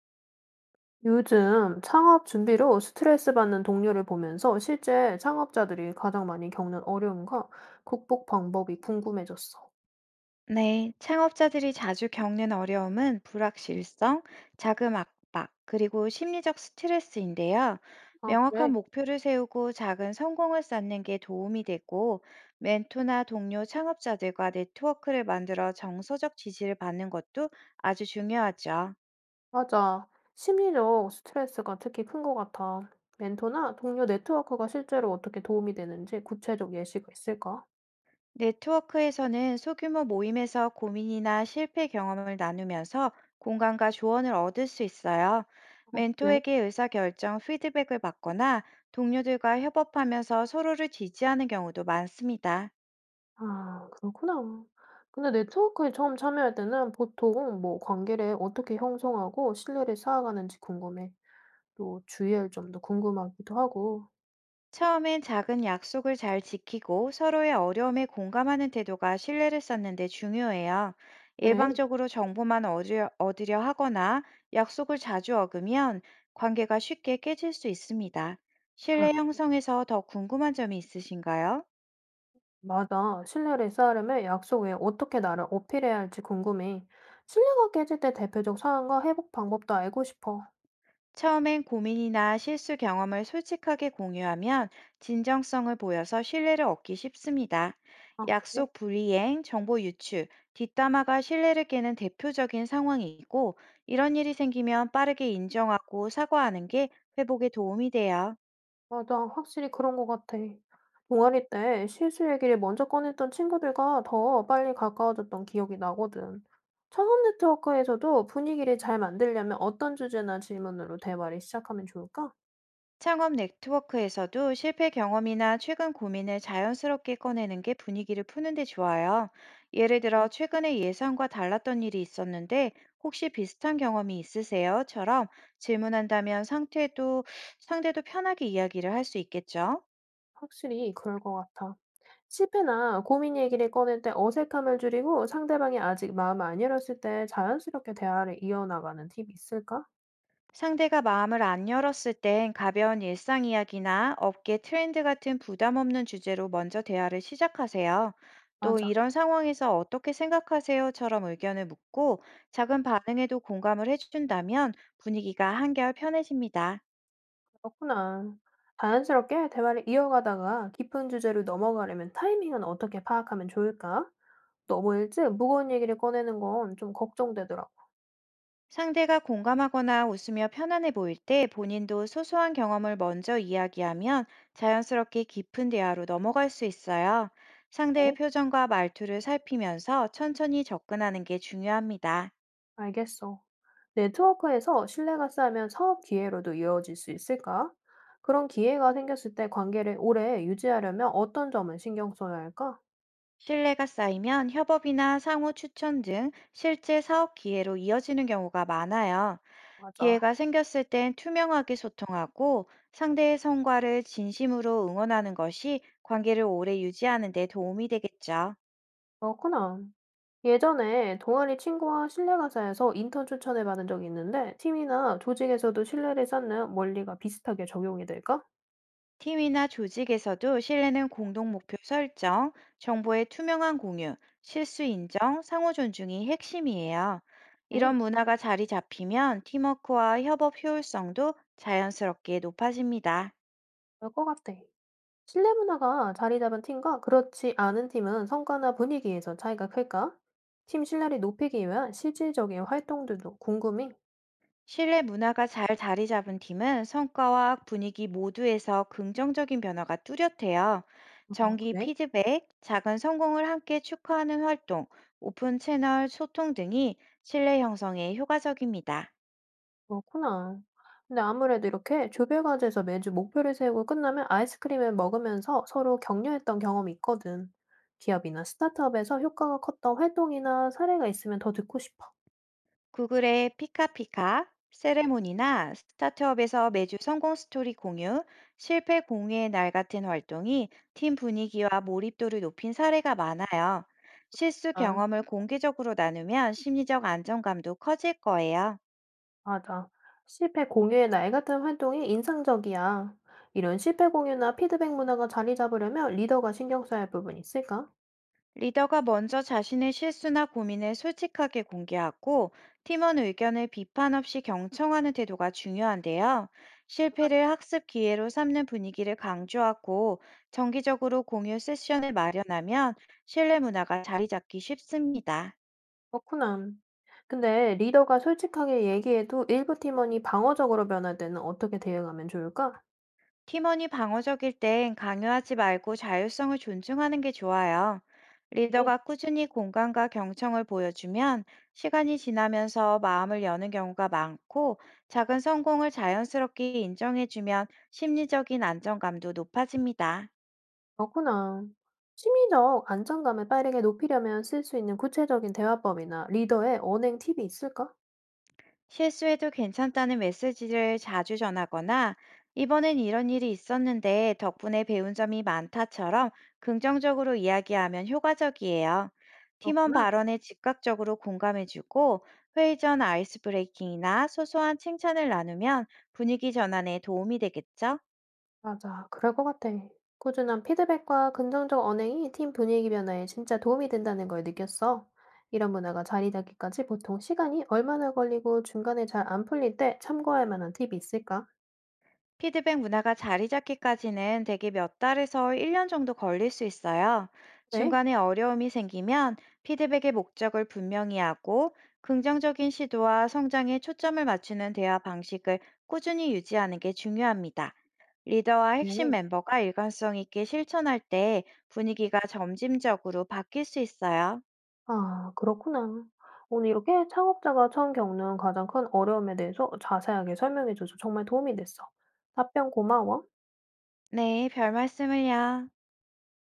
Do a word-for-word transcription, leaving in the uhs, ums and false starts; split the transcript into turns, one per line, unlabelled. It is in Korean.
요즘 창업 준비로 스트레스 받는 동료를 보면서 실제 창업자들이 가장 많이 겪는 어려움과 극복 방법이 궁금해졌어.
네, 창업자들이 자주 겪는 어려움은 불확실성, 자금 압박, 그리고 심리적 스트레스인데요.
아, 그래?
명확한 목표를 세우고 작은 성공을 쌓는 게 도움이 되고, 멘토나 동료 창업자들과 네트워크를 만들어 정서적 지지를 받는 것도 아주 중요하죠.
맞아. 심리적 스트레스가 특히 큰 것 같아. 멘토나 동료 네트워크가 실제로 어떻게 도움이 되는지 구체적 예시가 있을까?
네트워크에서는 소규모 모임에서 고민이나 실패 경험을 나누면서 공감과 조언을 얻을 수 있어요.
어, 그래?
멘토에게 의사결정 피드백을 받거나 동료들과 협업하면서 서로를 지지하는 경우도 많습니다.
아, 그렇구나. 근데 네트워크에 처음 참여할 때는 보통 뭐 관계를 어떻게 형성하고 신뢰를 쌓아가는지 궁금해. 또 주의할 점도 궁금하기도 하고.
처음엔 작은 약속을 잘 지키고 서로의 어려움에 공감하는 태도가 신뢰를 쌓는 데 중요해요.
그래?
일방적으로 정보만 얻으려, 얻으려 하거나 약속을 자주 어기면 관계가 쉽게 깨질 수 있습니다.
아
신뢰 형성에서 더 궁금한 점이 있으신가요?
맞아. 신뢰를 쌓으려면 약속 외에 어떻게 나를 어필해야 할지 궁금해. 신뢰가 깨질 때 대표적 상황과 회복 방법도 알고 싶어.
처음엔 고민이나 실수 경험을 솔직하게 공유하면 진정성을 보여서 신뢰를 얻기 쉽습니다.
아, 그래?
약속 불이행, 정보 유출, 뒷담화가 신뢰를 깨는 대표적인 상황이고, 이런 일이 생기면 빠르게 인정하고 사과하는 게 회복에 도움이 돼요.
맞아. 확실히 그런 것 같아. 동아리 때 실수 얘기를 먼저 꺼냈던 친구들과 더 빨리 가까워졌던 기억이 나거든. 창업 네트워크에서도 분위기를 잘 만들려면 어떤 주제나 질문으로 대화를 시작하면 좋을까?
창업 네트워크에서도 실패 경험이나 최근 고민을 자연스럽게 꺼내는 게 분위기를 푸는데 좋아요. 예를
네,
들어, 최근에 예상과 달랐던 일이 있었는데, 혹시 비슷한 경험이 있으세요?처럼 질문한다면 상태도, 상대도 편하게 이야기를 할 수 있겠죠.
확실히 그럴 것 같아. 실패나 고민 얘기를 꺼낼 때 어색함을 줄이고 상대방이 아직 마음을 안 열었을 때 자연스럽게 대화를 이어나가는 팁이 있을까?
상대가 마음을 안 열었을 땐 가벼운 일상 이야기나 업계 트렌드 같은 부담 없는 주제로 먼저 대화를 시작하세요. 또
맞아,
이런 상황에서 어떻게 생각하세요?처럼 의견을 묻고 작은 반응에도 공감을 해준다면 분위기가 한결 편해집니다.
그렇구나. 자연스럽게 대화를 이어가다가 깊은 주제로 넘어가려면 타이밍은 어떻게 파악하면 좋을까? 너무 일찍 무거운 얘기를 꺼내는 건 좀 걱정되더라고.
상대가 공감하거나 웃으며 편안해 보일 때 본인도 소소한 경험을 먼저 이야기하면 자연스럽게 깊은 대화로 넘어갈 수 있어요. 상대의
네,
표정과 말투를 살피면서 천천히 접근하는 게 중요합니다.
알겠어. 네트워크에서 신뢰가 쌓이면 사업 기회로도 이어질 수 있을까? 그런 기회가 생겼을 때 관계를 오래 유지하려면 어떤 점을 신경 써야 할까?
신뢰가 쌓이면 협업이나 상호 추천 등 실제 사업 기회로 이어지는 경우가 많아요.
맞아.
기회가 생겼을 땐 투명하게 소통하고 상대의 성과를 진심으로 응원하는 것이 관계를 오래 유지하는 데 도움이 되겠죠.
그렇구나. 예전에 동아리 친구와 실내 강사에서 인턴 추천을 받은 적이 있는데, 팀이나 조직에서도 신뢰를 쌓는 원리가 비슷하게 적용이 될까?
팀이나 조직에서도 신뢰는 공동 목표 설정, 정보의 투명한 공유, 실수 인정, 상호 존중이 핵심이에요.
에이,
이런 문화가 자리 잡히면 팀워크와 협업 효율성도 자연스럽게 높아집니다.
그럴 것 같아. 신뢰 문화가 자리 잡은 팀과 그렇지 않은 팀은 성과나 분위기에서 차이가 클까? 팀 신뢰를 높이기 위한 실질적인 활동들도 궁금해.
신뢰 문화가 잘 자리 잡은 팀은 성과와 분위기 모두에서 긍정적인 변화가 뚜렷해요.
어,
정기
그래?
피드백, 작은 성공을 함께 축하하는 활동, 오픈 채널 소통 등이 신뢰 형성에 효과적입니다.
그렇구나. 근데 아무래도 이렇게 조별 과제에서 매주 목표를 세우고 끝나면 아이스크림을 먹으면서 서로 격려했던 경험이 있거든. 기업이나 스타트업에서 효과가 컸던 활동이나 사례가 있으면 더 듣고 싶어.
구글의 피카피카, 세레모니나 스타트업에서 매주 성공 스토리 공유, 실패 공유의 날 같은 활동이 팀 분위기와 몰입도를 높인 사례가 많아요. 실수
아,
경험을 공개적으로 나누면 심리적 안정감도 커질 거예요.
맞아. 실패 공유의 날 같은 활동이 인상적이야. 이런 실패 공유나 피드백 문화가 자리 잡으려면 리더가 신경 써야 할 부분이 있을까?
리더가 먼저 자신의 실수나 고민을 솔직하게 공개하고 팀원 의견을 비판 없이 경청하는 태도가 중요한데요. 실패를 학습 기회로 삼는 분위기를 강조하고 정기적으로 공유 세션을 마련하면 신뢰 문화가 자리 잡기 쉽습니다.
그렇구나. 근데 리더가 솔직하게 얘기해도 일부 팀원이 방어적으로 변할 때는 어떻게 대응하면 좋을까?
팀원이 방어적일 땐 강요하지 말고 자율성을 존중하는 게 좋아요. 리더가 꾸준히 공감과 경청을 보여주면 시간이 지나면서 마음을 여는 경우가 많고 작은 성공을 자연스럽게 인정해주면 심리적인 안정감도 높아집니다.
그렇구나. 심리적 안정감을 빠르게 높이려면 쓸 수 있는 구체적인 대화법이나 리더의 언행 팁이 있을까?
실수해도 괜찮다는 메시지를 자주 전하거나 이번엔 이런 일이 있었는데 덕분에 배운 점이 많다처럼 긍정적으로 이야기하면 효과적이에요. 팀원
그렇구나.
발언에 즉각적으로 공감해주고 회의 전 아이스 브레이킹이나 소소한 칭찬을 나누면 분위기 전환에 도움이 되겠죠?
맞아. 그럴 것 같아. 꾸준한 피드백과 긍정적 언행이 팀 분위기 변화에 진짜 도움이 된다는 걸 느꼈어. 이런 문화가 자리 잡기까지 보통 시간이 얼마나 걸리고 중간에 잘 안 풀릴 때 참고할 만한 팁이 있을까?
피드백 문화가 자리 잡기까지는 대개 몇 달에서 일 년 정도 걸릴 수 있어요.
왜?
중간에 어려움이 생기면 피드백의 목적을 분명히 하고 긍정적인 시도와 성장에 초점을 맞추는 대화 방식을 꾸준히 유지하는 게 중요합니다. 리더와 핵심
네.
멤버가 일관성 있게 실천할 때 분위기가 점진적으로 바뀔 수 있어요.
아 그렇구나. 오늘 이렇게 창업자가 처음 겪는 가장 큰 어려움에 대해서 자세하게 설명해 줘서 정말 도움이 됐어. 답변 고마워.
네, 별 말씀을요.